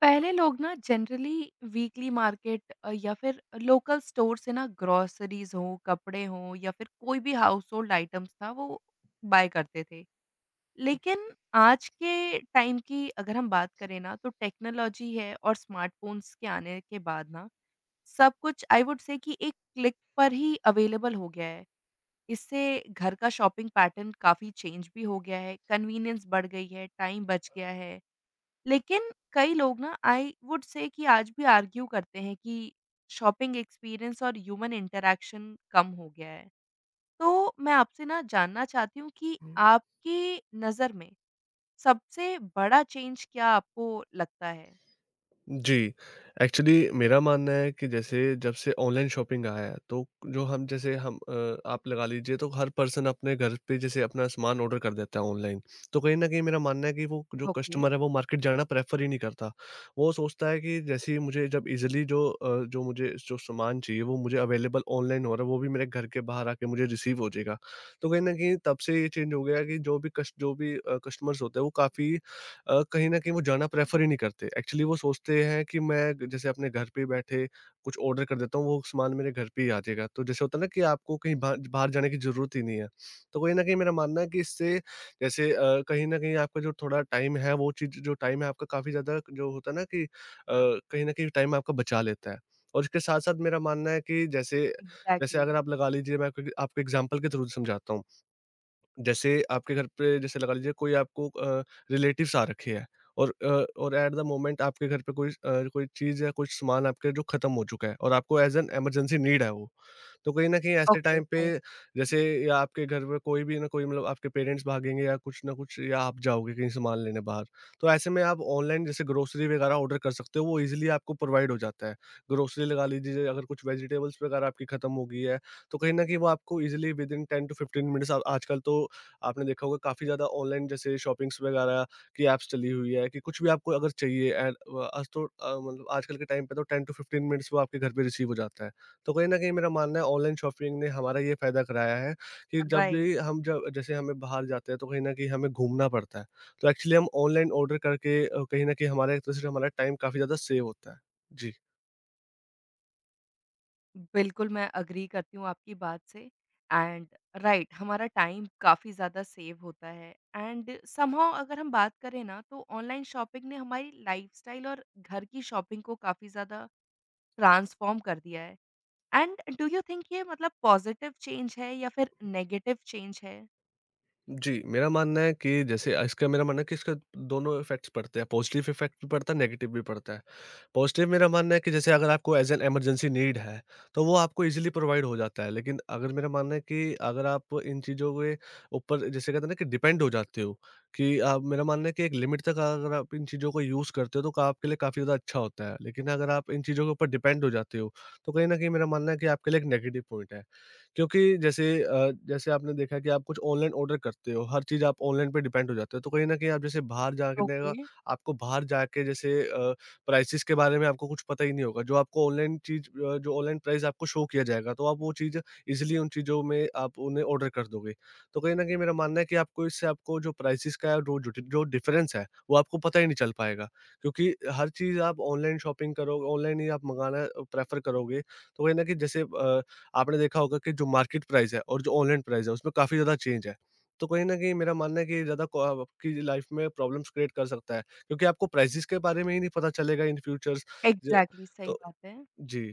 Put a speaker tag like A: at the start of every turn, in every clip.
A: पहले लोग ना जनरली वीकली मार्केट या फिर लोकल स्टोर से ना ग्रोसरीज हो, कपड़े हो या फिर कोई भी हाउस होल्ड आइटम्स था वो बाय करते थे। लेकिन आज के टाइम की अगर हम बात करें ना तो टेक्नोलॉजी है और स्मार्टफ़ोन्स के आने के बाद ना सब कुछ आई वुड से कि एक क्लिक पर ही अवेलेबल हो गया है। इससे घर का शॉपिंग पैटर्न काफ़ी चेंज भी हो गया है, कन्वीनियंस बढ़ गई है, टाइम बच गया है। लेकिन कई लोग ना आई वुड से कि आज भी आर्ग्यू करते हैं कि शॉपिंग एक्सपीरियंस और ह्यूमन इंटरैक्शन कम हो गया है। तो मैं आपसे ना जानना चाहती हूँ कि आपकी नज़र में सबसे बड़ा चेंज क्या आपको लगता है?
B: जी, एक्चुअली मेरा मानना है कि जैसे जब से ऑनलाइन शॉपिंग आया है, तो जो हम जैसे हम अ, आप लगा लीजिए तो हर पर्सन अपने घर पे जैसे अपना सामान ऑर्डर कर देता है ऑनलाइन। तो कहीं न कहीं मेरा मानना है कि वो जो
A: ओके।
B: कस्टमर है वो मार्केट जाना प्रेफ़र ही नहीं करता। वो सोचता है कि जैसे ही मुझे जब ईज़िली जो मुझे जो सामान चाहिए वो मुझे अवेलेबल ऑनलाइन हो रहा है, वो भी मेरे घर के बाहर आके मुझे रिसीव हो जाएगा। तो कहीं न कहीं तब से ये चेंज हो गया है कि जो भी कस्टमर्स होते हैं वो कहीं न कहीं वो जाना प्रेफ़र ही नहीं करते। एक्चुअली वो सोचते हैं कि मैं जैसे अपने घर पे ही बैठे कुछ ऑर्डर कर देता हूँ, वो सामान मेरे घर पे ही आ जाएगा। तो जैसे होता है ना कि आपको कहीं बाहर बाहर जाने की ज़रूरत ही नहीं है। तो कहीं न कहीं मेरा मानना है कि इससे जैसे कहीं न कहीं आपका जो थोड़ा टाइम है, वो चीज़ जो टाइम है आपका काफ़ी ज़्यादा जो होता है ना कि कहीं न कहीं टाइम आपका बचा लेता है। और इसके साथ-साथ मेरा मानना है कि जैसे जैसे
A: एग्ज़ैक्टली।
B: अगर आप लगा लीजिए मैं आपको आपको एग्ज़ाम्पल के थ्रू समझाता हूँ। जैसे आपके घर पे जैसे लगा लीजिए कोई आपको रिलेटिव्स आ रखे हैं और अ, और एट द मोमेंट आपके घर पे कोई चीज़ या कुछ सामान आपके जो ख़त्म हो चुका है और आपको एज़ एन इमरजेंसी नीड है वो। तो कहीं न कहीं ऐसे
A: ओके।
B: टाइम पे
A: आई
B: जैसे या आपके घर में कोई भी ना कोई मतलब आपके पेरेंट्स भागेंगे या कुछ ना कुछ या आप जाओगे कहीं सामान लेने बाहर। तो ऐसे में आप ऑनलाइन जैसे ग्रोसरी वगैरह ऑर्डर कर सकते हो, वो ईज़िली आपको प्रोवाइड हो जाता है। ग्रोसरी लगा लीजिए अगर कुछ वेजिटेबल्स वगैरह आपकी ख़त्म हो गई है, तो कहीं न कहीं वो आपको ईज़िली विदिन 10 टू 15 मिनट्स आजकल तो आपने देखा होगा काफ़ी ज़्यादा ऑनलाइन जैसे शॉपिंग्स वगैरह की ऐप्स चली हुई है कि कुछ भी आपको अगर चाहिए एंड आज तो मतलब आजकल के टाइम पे तो 10 टू 15 मिनट्स वो आपके घर पे रिसीव हो जाता है। तो कहीं न कहीं मेरा मानना है ऑनलाइन शॉपिंग ने हमारा ये फ़ायदा कराया है कि जब
A: राइट।
B: भी हम जब जैसे हमें बाहर जाते हैं तो कहीं न कहीं हमें घूमना पड़ता है। तो एक्चुअली हम ऑनलाइन ऑर्डर करके कहीं न कहीं हमारा एक तरह से हमारा टाइम काफ़ी ज़्यादा सेव होता है। जी।
A: बिल्कुल, मैं एग्री करती हूँ आपकी बात से एंड राइट, हमारा टाइम काफ़ी ज़्यादा सेव होता है एंड समहाउ अगर हम बात करें ना तो ऑनलाइन शॉपिंग ने हमारी लाइफ़स्टाइल और घर की शॉपिंग को काफ़ी ज़्यादा ट्रांसफ़ॉर्म कर दिया है। एंड डू यू थिंक ये मतलब पॉज़िटिव चेंज है या फिर नेगेटिव चेंज है?
B: जी, मेरा मानना है कि इसका दोनों इफ़ेक्ट्स पड़ते हैं, पॉज़िटिव इफ़ेक्ट भी पड़ता है, नेगेटिव भी पड़ता है। पॉज़िटिव मेरा मानना है कि जैसे अगर आपको एज़ एन इमरजेंसी नीड है, तो वो आपको ईज़िली प्रोवाइड हो जाता है। लेकिन अगर मेरा मानना है कि अगर आप इन चीज़ों के ऊपर जैसे कहते हैं ना कि डिपेंड हो जाते हो, कि आप मेरा मानना है कि एक लिमिट तक अगर आप इन चीज़ों को यूज़ करते हो, तो आपके लिए काफ़ी ज़्यादा अच्छा होता है। लेकिन अगर आप इन चीज़ों के ऊपर डिपेंड हो जाते हो, तो कहीं न कहीं मेरा मानना है कि आपके लिए एक नेगेटिव पॉइंट है। क्योंकि जैसे आपने देखा कि आप कुछ ऑनलाइन ऑर्डर करते हो, हर चीज़ आप ऑनलाइन पे डिपेंड हो जाते हो, तो कहीं न कहीं आप जैसे बाहर जाके
A: ओके,
B: देगा आपको बाहर जाके जैसे प्राइसेज़ के बारे में आपको कुछ पता ही नहीं होगा, जो आपको जो ऑनलाइन प्राइस आपको शो किया जाएगा, तो आप वो चीज़ ईज़िली उन चीज़ों में आप उन्हें ऑर्डर कर दोगे। तो कहीं न कहीं मेरा मानना है कि आपको इससे आपको जो प्राइसेज़ का जो जो जो डिफ़रेंस है, वो आपको पता ही नहीं चल पाएगा, क्योंकि हर चीज़ आप ऑनलाइन शॉपिंग करो ऑनलाइन ही आप मँगाना प्रेफ़र करोगे, तो कहीं न कहीं जैसे आपने देखा होगा कि जो मार्केट प्राइस है और जो ऑनलाइन प्राइस है, उसमें काफ़ी ज़्यादा चेंज है। तो कहीं न कहीं मेरा मानना है कि ये ज़्यादा को अब आपकी लाइफ़ में प्रॉब्लम्स क्रिएट कर सकता है, क्योंकि आपको प्राइसेज़ के बारे में ही नहीं पता चलेगा इन फ्यूचर्स। ज
A: एग्ज़ैक्टली सही
B: तो
A: बात है।
B: जी,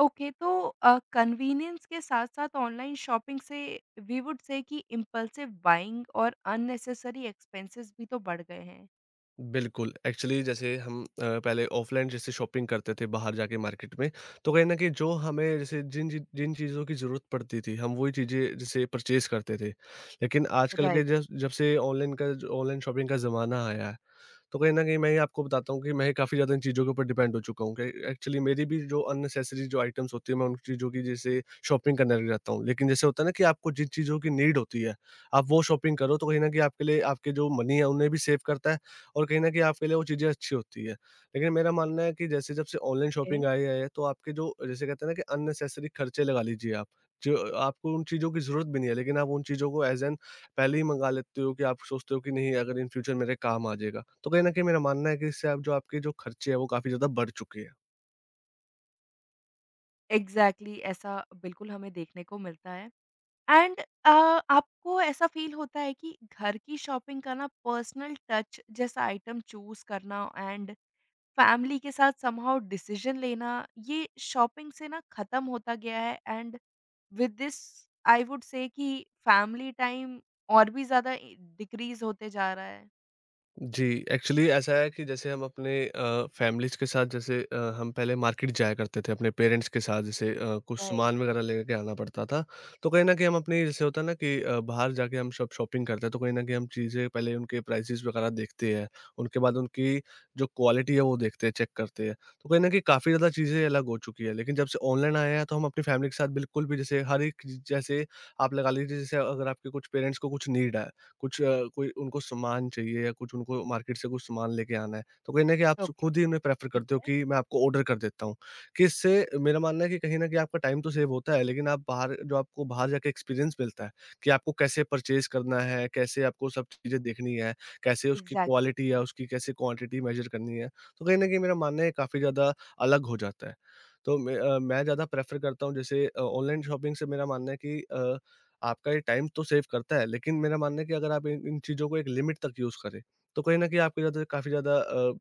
A: ओके तो कन्वीनियंस के साथ-साथ ऑनलाइन शॉपिंग से वी वुड से कि इम्पल्सिव बाइंग और अननेसेसरी एक्सपेंसेस भी तो बढ़ गए हैं।
B: बिल्कुल। एक्चुअली जैसे हम पहले ऑफ़लाइन जैसे शॉपिंग करते थे बाहर जाके मार्केट में, तो कहीं न कहीं जो हमें जैसे जिन जिन जिन चीज़ों की ज़रूरत पड़ती थी, हम वही चीज़ें जैसे परचेज़ करते थे। लेकिन आजकल
A: राइट,
B: के जब जब से ऑनलाइन शॉपिंग का ज़माना आया है, तो कहीं न कहीं मैं ये आपको बताता हूँ कि मैं काफ़ी ज़्यादा इन चीज़ों के ऊपर डिपेंड हो चुका हूँ कि एक्चुअली मेरी भी जो अननेसेसरी जो आइटम्स होती है, मैं उन चीज़ों की जैसे शॉपिंग करने लग जाता हूँ। लेकिन जैसे होता है ना कि आपको जिन चीज़ों की नीड होती है, आप वो शॉपिंग करो तो कहीं न कहीं आपके लिए आपके जो मनी है उन्हें भी सेव करता है और कहीं न कहीं आपके लिए वो चीज़ें अच्छी होती है। लेकिन मेरा मानना है कि जैसे जब से ऑनलाइन
A: ओके।
B: शॉपिंग आई है तो आपके जो जैसे कहते हैं ना कि अननेसेसरी खर्चे लगा लीजिए आप। जो आपको उन चीज़ों की ज़रूरत भी नहीं है लेकिन आप उन चीज़ों को एज़ एन पहले ही मँगा लेते हो कि आप सोचते हो कि नहीं अगर इन फ्यूचर मेरे काम आ जाएगा। तो कहीं न कहीं मेरा मानना है कि इससे आप जो आपके जो खर्चे हैं वो काफ़ी ज़्यादा बढ़ चुके हैं।
A: एग्ज़ैक्टली ऐसा बिल्कुल हमें देखने को मिलता है एंड अ, आपको ऐसा फ़ील होता है कि घर की शॉपिंग का ना पर्सनल टच जैसा आइटम चूज़ करना एंड फैमिली के साथ समहाउ डिसीज़न लेना, ये शॉपिंग से ना ख़त्म होता गया है and with this I would say कि फैमिली टाइम और भी ज़्यादा इ डिक्रीज़ होते जा रहा है।
B: जी, एक्चुअली ऐसा है कि जैसे हम अपने फ़ैमिलीज़ के साथ जैसे हम पहले मार्केट जाया करते थे अपने पेरेंट्स के साथ जैसे कुछ
A: राइट,
B: सामान वगैरह लेके आना पड़ता था। तो कहीं न कहीं हम अपनी जैसे होता है ना कि बाहर जाके हम शॉपिंग करते हैं तो कहीं न कहीं हम चीज़ें पहले उनके प्राइसेज़ वगैरह देखते हैं। उनके बाद उनकी जो क्वालिटी है वो देखते हैं, चेक करते हैं। तो कहीं न कहीं काफ़ी ज़्यादा चीज़ें अलग हो चुकी है। लेकिन जब से ऑनलाइन आया है तो हम अपनी फ़ैमिली के साथ बिल्कुल भी जैसे हर एक चीज़- जैसे आप लगा लीजिए जैसे अगर आपके कुछ पेरेंट्स को कुछ नीड है कुछ कोई उनको सामान चाहिए या कुछ उनको मार्केट से कुछ सामान लेके आना है, तो कहीं न कहीं आप स
A: ओके,
B: खुद ही उन्हें प्रेफ़र
A: ठीक
B: करते हो
A: है।
B: कि मैं आपको ऑर्डर कर देता हूँ, कि इससे मेरा मानना है कि कहीं न कहीं आपका टाइम तो सेव होता है, लेकिन आप बाहर जो आपको बाहर जाके एक्सपीरियंस मिलता है, कि आपको कैसे परचेज़ करना है, कैसे आपको सब चीज़ें देखनी है, कैसे उसकी
A: एग्ज़ैक्टली,
B: क्वालिटी या उसकी कैसे क्वांटिटी मेज़र करनी है, तो कहीं न कहीं मेरा मानना है काफ़ी ज़्यादा अलग हो जाता है। तो मैं मैं ज़्यादा प्रेफ़र करता हूँ जैसे ऑनलाइन शॉपिंग से मेरा मानना है कि आपका ये टाइम तो सेव करता है, लेकिन मेरा मानना है कि अगर आप इन इन चीज़ों को एक लिमिट तक यूज़ करें, तो कहीं न कहीं आपके ज़्यादा काफ़ी ज़्यादा अ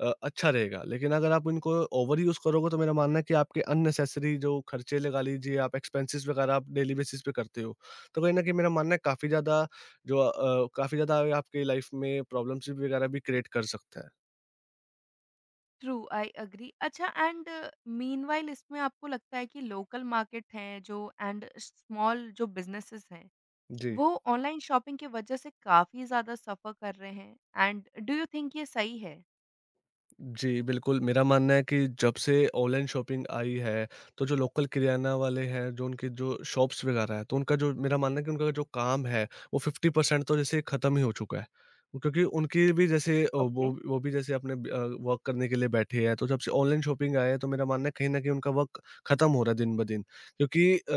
B: अ, अच्छा रहेगा। लेकिन अगर आप इनको ओवर यूज़ करोगे तो मेरा मानना है कि आपके अननेसेसरी जो खर्चे लगा लीजिए, आप एक्सपेंसेस वगैरह आप डेली बेसिस पे करते हो, तो कहीं न कहीं मेरा मानना है काफ़ी ज़्यादा जो काफ़ी ज़्यादा आपकी लाइफ़ में प्रॉब्लम्स वगैरह भी क्रिएट कर सकता है।
A: ट्रू आई एग्री अच्छा एंड मीनव्हाइल इसमें आपको लगता है कि लोकल मार्केट हैं जो एंड स्मॉल जो बिज़नेसेस हैं,
B: जी।
A: वो ऑनलाइन शॉपिंग की वज़ह से काफ़ी ज़्यादा सफ़र कर रहे हैं एंड डू यू थिंक ये सही है?
B: जी, बिल्कुल, मेरा मानना है कि जब से ऑनलाइन शॉपिंग आई है, तो जो लोकल किराना वाले हैं, जो उनके जो शॉप्स वगैरह हैं, तो उनका जो मेरा मानना है कि उनका जो काम है, वो 50% तो जैसे खत्म ही हो चुका है। क्योंकि उनकी भी जैसे
A: ओके,
B: वो भी जैसे अपने वर्क करने के लिए बैठे हैं, तो जब से ऑनलाइन शॉपिंग आया है, तो मेरा मानना है कहीं न कहीं उनका वर्क खत्म हो रहा है दिन-ब-दिन। क्योंकि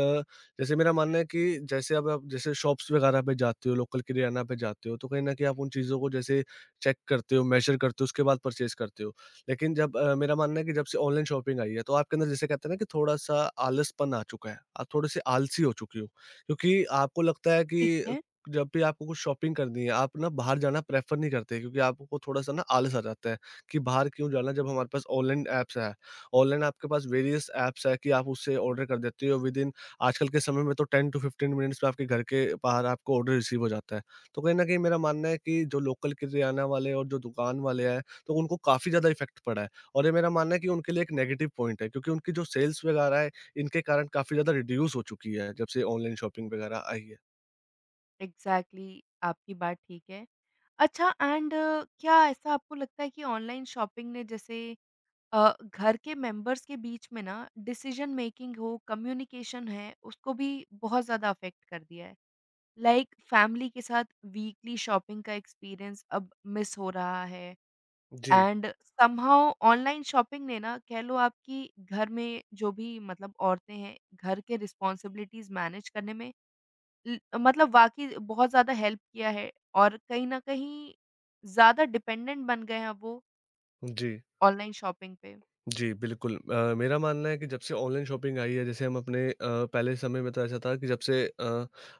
B: जैसे मेरा मानना है कि जैसे अब आप जैसे शॉप्स वगैरह पे जाते हो, लोकल किराना पे जाते हो, तो कहीं न कहीं आप उन चीज़ों को जैसे चेक करते हो, मेज़र करते हो, उसके बाद परचेज़ करते हो। लेकिन जब मेरा मानना है कि जब से ऑनलाइन शॉपिंग आई है तो आपके अंदर जैसे कहते हैं ना कि थोड़ा-सा आलसपन आ चुका है। आप थोड़े से आलसी हो चुकी हो क्योंकि आपको लगता है
A: ठीक
B: कि
A: है।
B: जब भी आपको कुछ शॉपिंग करनी है, आप ना बाहर जाना प्रेफ़र नहीं करते क्योंकि आपको थोड़ा-सा ना आलस आ जाता है कि बाहर क्यों जाना जब हमारे पास ऑनलाइन ऐप्स है। ऑनलाइन आपके पास वेरियस ऐप्स है कि आप उससे ऑर्डर कर देते हो विदिन आजकल के समय में तो 10 टू 15 मिनट्स में आपके घर के बाहर आपको ऑर्डर रिसीव हो जाता है। तो कहीं न कहीं मेरा मानना है कि जो लोकल किरियाना वाले और जो दुकान वाले हैं तो उनको काफ़ी ज़्यादा इफ़ेक्ट पड़ा है, और ये मेरा मानना है कि उनके लिए एक नेगेटिव पॉइंट है, क्योंकि उनकी जो सेल्स वगैरह है, इनके कारण काफ़ी ज़्यादा रिड्यूस हो चुकी है, जब से ऑनलाइन शॉपिंग वगैरह आई है।
A: एग्ज़ैक्टली आपकी बात ठीक है। अच्छा एंड क्या ऐसा आपको लगता है कि ऑनलाइन शॉपिंग ने जैसे घर के मेंबर्स के बीच में ना डिसीजन मेकिंग हो कम्युनिकेशन है उसको भी बहुत ज़्यादा अफेक्ट कर दिया है लाइक फैमिली के साथ वीकली शॉपिंग का एक्सपीरियंस अब मिस हो रहा है
B: जी,
A: एंड समहाउ ऑनलाइन शॉपिंग ने ना कह लो आपकी घर में जो भी मतलब औरतें हैं घर के रिस्पॉन्सिबिलिटीज मैनेज करने में मतलब वाकई बहुत ज़्यादा हेल्प किया है और कहीं ना कहीं ज़्यादा डिपेंडेंट बन गए हैं वो
B: जी।
A: ऑनलाइन शॉपिंग पे।
B: जी, बिल्कुल। मेरा मानना है कि जब से ऑनलाइन शॉपिंग आई है, जैसे हम अपने पहले समय में तो ऐसा था कि जब से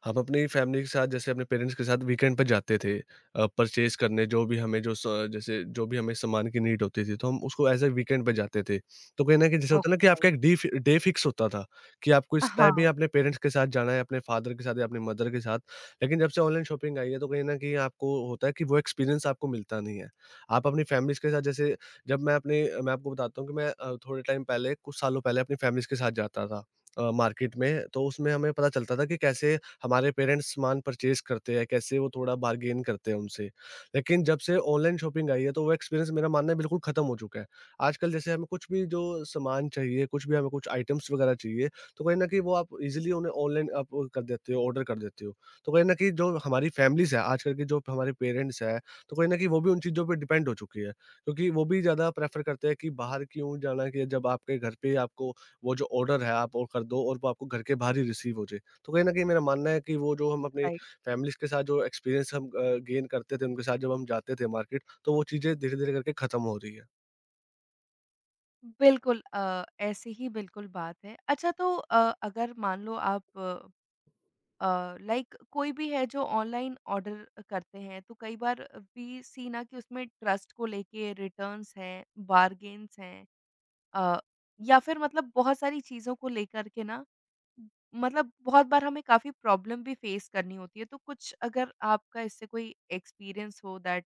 B: हम अपनी फैमिली के साथ, जैसे अपने पेरेंट्स के साथ वीकेंड पर जाते थे परचेज़ करने, जो भी हमें जो स जैसे जो भी हमें सामान की नीड होती थी, तो हम उसको एज़ अ वीकेंड पे जाते थे। तो कहीं न कहीं जैसे होता है ना कि
A: ओके,
B: आपका
A: राइट,
B: एक डी फि डे फिक्स होता था, कि आपको इस टाइम पे
A: हाँ,
B: अपने पेरेंट्स के साथ जाना है, अपने फादर के साथ या अपने मदर के साथ। लेकिन जब से ऑनलाइन शॉपिंग आई है, तो कहीं न कहीं आपको होता है कि वो एक्सपीरियंस आपको मिलता नहीं है। आप अपनी फैमिलीज़ के साथ जैसे जब मैं अपने मैं आपको बताता हूँ कि मैं थोड़े टाइम पहले कुछ सालों पहले अपनी फैमिलीज़ के साथ जाता था मार्केट में, तो उसमें हमें पता चलता था कि कैसे हमारे पेरेंट्स सामान परचेज़ करते हैं, कैसे वो थोड़ा बार्गेन करते हैं उनसे। लेकिन जब से ऑनलाइन शॉपिंग आई है, तो वो एक्सपीरियंस मेरा मानना है बिल्कुल ख़त्म हो चुका है। आजकल जैसे हमें कुछ भी जो सामान चाहिए, कुछ भी हमें कुछ आइटम्स वग़ैरह चाहिए, तो कहीं न कहीं वो आप ईज़िली उन्हें ऑनलाइन आप वो कर देते हो, ऑर्डर कर देते हो। तो कहीं न कहीं जो हमारी फैमिलीज़ है, आजकल के जो हमारे पेरेंट्स हैं, तो कहीं न कहीं वो भी उन चीज़ों पे डिपेंड हो चुकी है। क्योंकि वो भी ज़्यादा प्रेफ़र करते हैं कि बाहर क्यों जाना, कि जब आपके घर पे ही आपको वो जो ऑर्डर है, आप वो कर दो और वो आपको घर के बाहर ही रिसीव हो जाए। तो कहीं न कहीं मेरा मानना है कि वो जो हम अपनी
A: राइट,
B: फैमिलीज़ के साथ जो एक्सपीरियंस हम गेन करते थे, उनके साथ जब हम जाते थे मार्केट, तो वो चीज़ें धीरे-धीरे करके खत्म हो रही है।
A: बिल्कुल। ऐसे ही बिल्कुल बात है। अच्छा तो अगर मान लो आप लाइक कोई भी है जो ऑनलाइन ऑर्डर करते हैं, तो कई बार वी सी ना कि उसमें ट्रस्ट को लेके रिटर्न्स हैं, बार्गेन्स हैं, अ, या फिर मतलब बहुत सारी चीज़ों को लेकर के ना मतलब बहुत बार हमें काफ़ी प्रॉब्लम भी फेस करनी होती है। तो कुछ अगर आपका इससे कोई एक्सपीरियंस हो दैट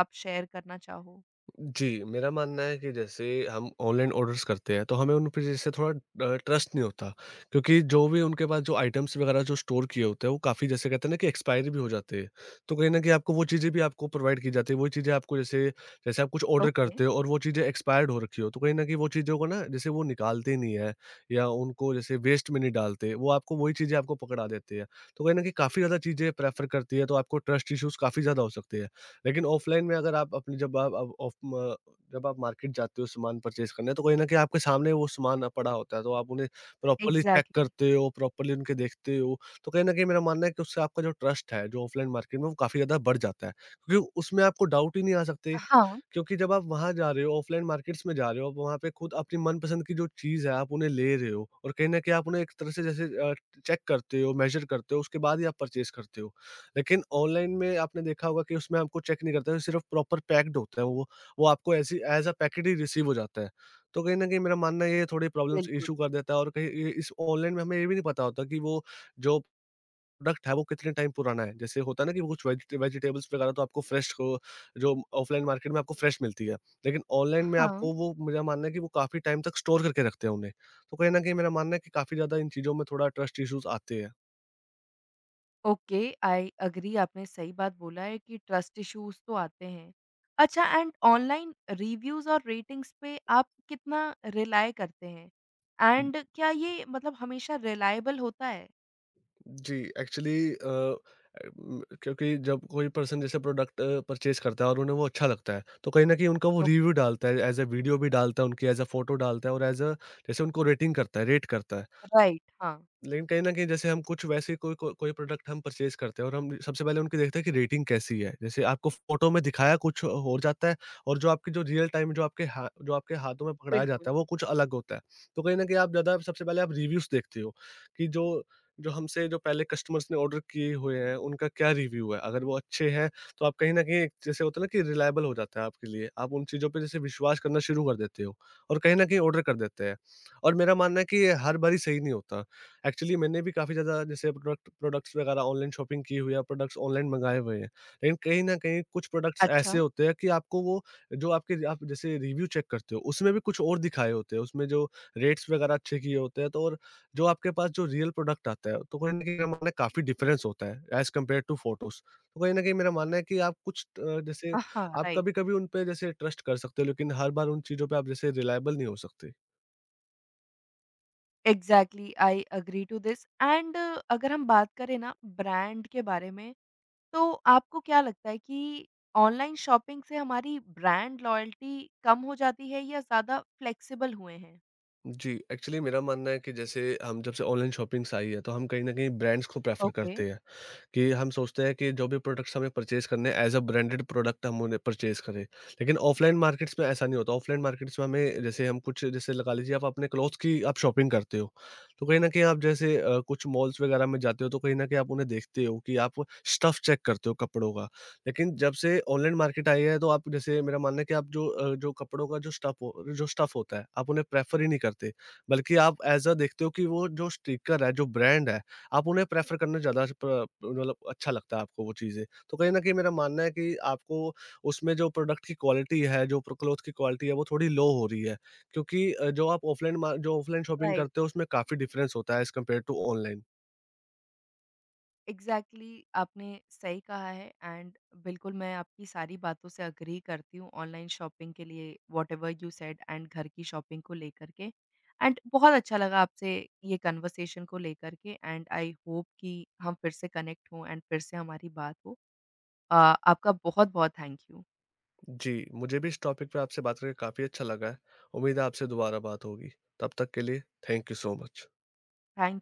A: आप शेयर करना चाहो?
B: जी, मेरा मानना है कि जैसे हम ऑनलाइन ऑर्डर्स करते हैं, तो हमें उन पे जैसे थोड़ा ट्रस्ट नहीं होता, क्योंकि जो भी उनके पास जो आइटम्स वगैरह जो स्टोर किए होते हैं, वो काफ़ी जैसे कहते हैं ना कि एक्सपायरी भी हो जाते हैं। तो कहीं न कहीं आपको वो चीज़ें भी आपको प्रोवाइड की जाती है, वही चीज़ें आपको जैसे जैसे आप कुछ ऑर्डर
A: ओके,
B: करते हो और वो चीज़ें एक्सपायर्ड हो रखी हो, तो कहीं न कहीं वो चीज़ों को ना जैसे वो निकालते नहीं है, या उनको जैसे वेस्ट में नहीं डालते, वो आपको वही चीज़ें आपको पकड़ा देते हैं। तो कहीं न कहीं काफ़ी ज़्यादा चीज़ें प्रेफ़र करती है, तो आपको ट्रस्ट इश्यूज़ काफ़ी ज़्यादा हो सकते हैं। लेकिन ऑफ़लाइन में अगर आप अपनी जब आप ऑफ म जब आप मार्केट जाते हो सामान परचेज़ करने, तो कहीं न कहीं आपके सामने वो सामान पड़ा होता है, तो आप उन्हें प्रॉपर्ली चेक
A: एग्ज़ैक्टली,
B: करते हो, प्रॉपर्ली उनके देखते हो, तो कहीं न कहीं मेरा मानना है कि उससे आपका जो ट्रस्ट है, जो ऑफ़लाइन मार्केट में, वो काफ़ी ज़्यादा बढ़ जाता है। क्योंकि उसमें आपको डाउट ही नहीं आ सकते,
A: हाँ,
B: क्योंकि जब आप वहाँ जा रहे हो, ऑफ़लाइन मार्केट्स में जा रहे हो, आप वहाँ पे खुद अपनी मनपसंद की जो चीज़ है, आप उन्हें ले रहे हो, और कहीं न कहीं आप उन्हें एक तरह से जैसे चेक करते हो, मेज़र करते हो, उसके बाद ही आप परचेज़ करते हो। लेकिन ऑनलाइन में आपने देखा होगा कि उसमें आपको चेक नहीं करते, सिर्फ़ प्रॉपर पैक्ड होता है वो। वो आपको ऐसी एज़ अ पैकेट ही रिसीव हो जाता है। तो कहीं न कहीं मेरा मानना है ये थोड़ी प्रॉब्लम्स
A: बिल्कुल।
B: इश्यू कर देता है, और कहीं ये इस ऑनलाइन में हमें ये भी नहीं पता होता कि वो जो प्रोडक्ट है वो कितने टाइम पुराना है। जैसे होता है ना कि वो कुछ वेजिटेबल्स वगैरह तो आपको फ्रेश को जो ऑफलाइन मार्केट में आपको फ्रेश मिलती है। लेकिन ऑनलाइन में
A: हाँ,
B: आपको वो मेरा मानना है कि वो काफ़ी टाइम तक स्टोर करके रखते हैं उन्हें। तो कहीं न कहीं मेरा मानना है कि काफ़ी ज़्यादा इन चीज़ों में थोड़ा ट्रस्ट इश्यूज़ आते हैं।
A: ओके, आई एग्री आपने सही बात बोला है कि ट्रस्ट इश्यूज तो आते हैं। अच्छा एंड ऑनलाइन रिव्यूज और रेटिंग्स पे आप कितना रिलाय करते हैं? एंड क्या ये मतलब हमेशा रिलायबल होता है?
B: जी, एक्चुअली क्योंकि जब कोई पर्सन जैसे प्रोडक्ट परचेज़ करता है और उन्हें वो अच्छा लगता है, तो कहीं न कहीं उनका वो रिव्यू
A: ओके,
B: डालता है, एज़ अ वीडियो भी डालता है उनकी, एज़ अ फ़ोटो डालता है, और एज़ अ जैसे उनको रेटिंग करता है, रेट करता है।
A: राइट, हाँ,
B: लेकिन कहीं न कहीं जैसे हम कुछ वैसे कोई को कोई प्रोडक्ट हम परचेज़ करते हैं, और हम सबसे पहले उनकी देखते हैं कि रेटिंग कैसी है। जैसे आपको फ़ोटो में दिखाया कुछ हो जाता है, और जो आपकी जो रियल टाइम जो आपके हा जो आपके हाथों में पकड़ाया जाता
A: बिल्कुल।
B: है, वो कुछ अलग होता है। तो कहीं न कहीं आप ज़्यादा सबसे पहले आप रिव्यूज़ देखते हो कि जो जो हमसे जो पहले कस्टमर्स ने ऑर्डर किए हुए हैं, उनका क्या रिव्यू है। अगर वो अच्छे हैं, तो आप कहीं न कहीं एक जैसे होता है ना कि रिलाएबल हो जाता है आपके लिए। आप उन चीज़ों पे जैसे विश्वास करना शुरू कर देते हो, और कहीं न कहीं ऑर्डर कर देते हैं। और मेरा मानना है कि ये हर बारी सही नहीं होता। एक्चुअली मैंने भी काफ़ी ज़्यादा जैसे प्रोडक्ट्स वगैरह ऑनलाइन शॉपिंग की हुई है, प्रोडक्ट्स ऑनलाइन मँगाए हुए हैं। लेकिन कहीं न कहीं कुछ प्रोडक्ट्स
A: अच्छा,
B: ऐसे होते हैं कि आपको वो जो आपके आप जैसे रिव्यू चेक करते हो, उसमें भी कुछ और दिखाए होते हैं, उसमें जो रेट्स वगैरह अच्छे किए होते हैं, तो और जो आपके पास जो रियल प्रोडक्ट आता है, तो कहीं न कहीं मेरा मानना है काफ़ी डिफरेंस होता है एज़ कम्पेयर टू फ़ोटोज़। तो कहीं न कहीं मेरा मानना है कि आप कुछ जैसे
A: हाँ,
B: आप
A: राइट।
B: कभी-कभी उन पे जैसे ट्रस्ट कर सकते हो, लेकिन हर बार उन चीज़ों पे आप जैसे रिलाएबल नहीं हो सकते।
A: Exactly I agree to this and अगर हम बात करें ना ब्रांड के बारे में तो आपको क्या लगता है कि ऑनलाइन शॉपिंग से हमारी ब्रांड लॉयल्टी कम हो जाती है या ज़्यादा फ्लेक्सिबल हुए हैं?
B: जी, एक्चुअली मेरा मानना है कि जैसे हम जब से ऑनलाइन शॉपिंग्स आई है, तो हम कहीं न कहीं ब्रांड्स को प्रेफ़र
A: ओके।
B: करते हैं। कि हम सोचते हैं कि जो भी प्रोडक्ट्स हमें परचेज़ करने हैं, एज़ अ ब्रांडेड प्रोडक्ट हम उन्हें परचेज़ करें। लेकिन ऑफ़लाइन मार्केट्स में ऐसा नहीं होता, ऑफ़लाइन मार्केट्स में हमें जैसे हम कुछ जैसे लगा लीजिए आप अपने क्लॉथ्स की आप शॉपिंग करते हो, तो कहीं न कहीं आप जैसे कुछ मॉल्स वगैरह में जाते हो, तो कहीं न कहीं आप उन्हें देखते हो कि आप स्टफ़ चेक करते हो कपड़ों का। लेकिन जब से ऑनलाइन मार्केट आई है, तो आप जैसे मेरा मानना है कि आप जो जो कपड़ों का जो स्टफ़ होता है, आप उन्हें प्रेफ़र ही नहीं करते, बल्कि आप एज़ अ देखते हो कि वो जो स्टिकर है, जो ब्रांड है, आप उन्हें प्रेफ़र करना ज़्यादा प मतलब अच्छा लगता है आपको वो चीज़ें। तो कहीं न कहीं मेरा मानना है कि आपको उसमें जो प्रोडक्ट की क्वालिटी है, जो प्र क्लॉथ की क्वालिटी है, वो थोड़ी लो हो रही है। क्योंकि जो ऑफ़लाइन शॉपिंग
A: राइट,
B: करते हो, उसमें काफ़ी डिफ़रेंस होता है as compare to online.
A: Exactly आपने सही कहा है एंड बिल्कुल मैं आपकी सारी बातों से एग्री करती हूँ ऑनलाइन शॉपिंग के लिए व्हाटएवर यू सेड एंड घर की शॉपिंग को लेकर के। एंड बहुत अच्छा लगा आपसे ये कन्वर्सेशन को लेकर के एंड आई होप कि हम फिर से कनेक्ट हों एंड फिर से हमारी बात हो। अ, आपका बहुत-बहुत थैंक यू।
B: जी, मुझे भी इस टॉपिक पे आपसे बात करके काफ़ी अच्छा लगा है। उम्मीद है आपसे दोबारा बात होगी। तब तक के लिए thank you so much.
A: Thank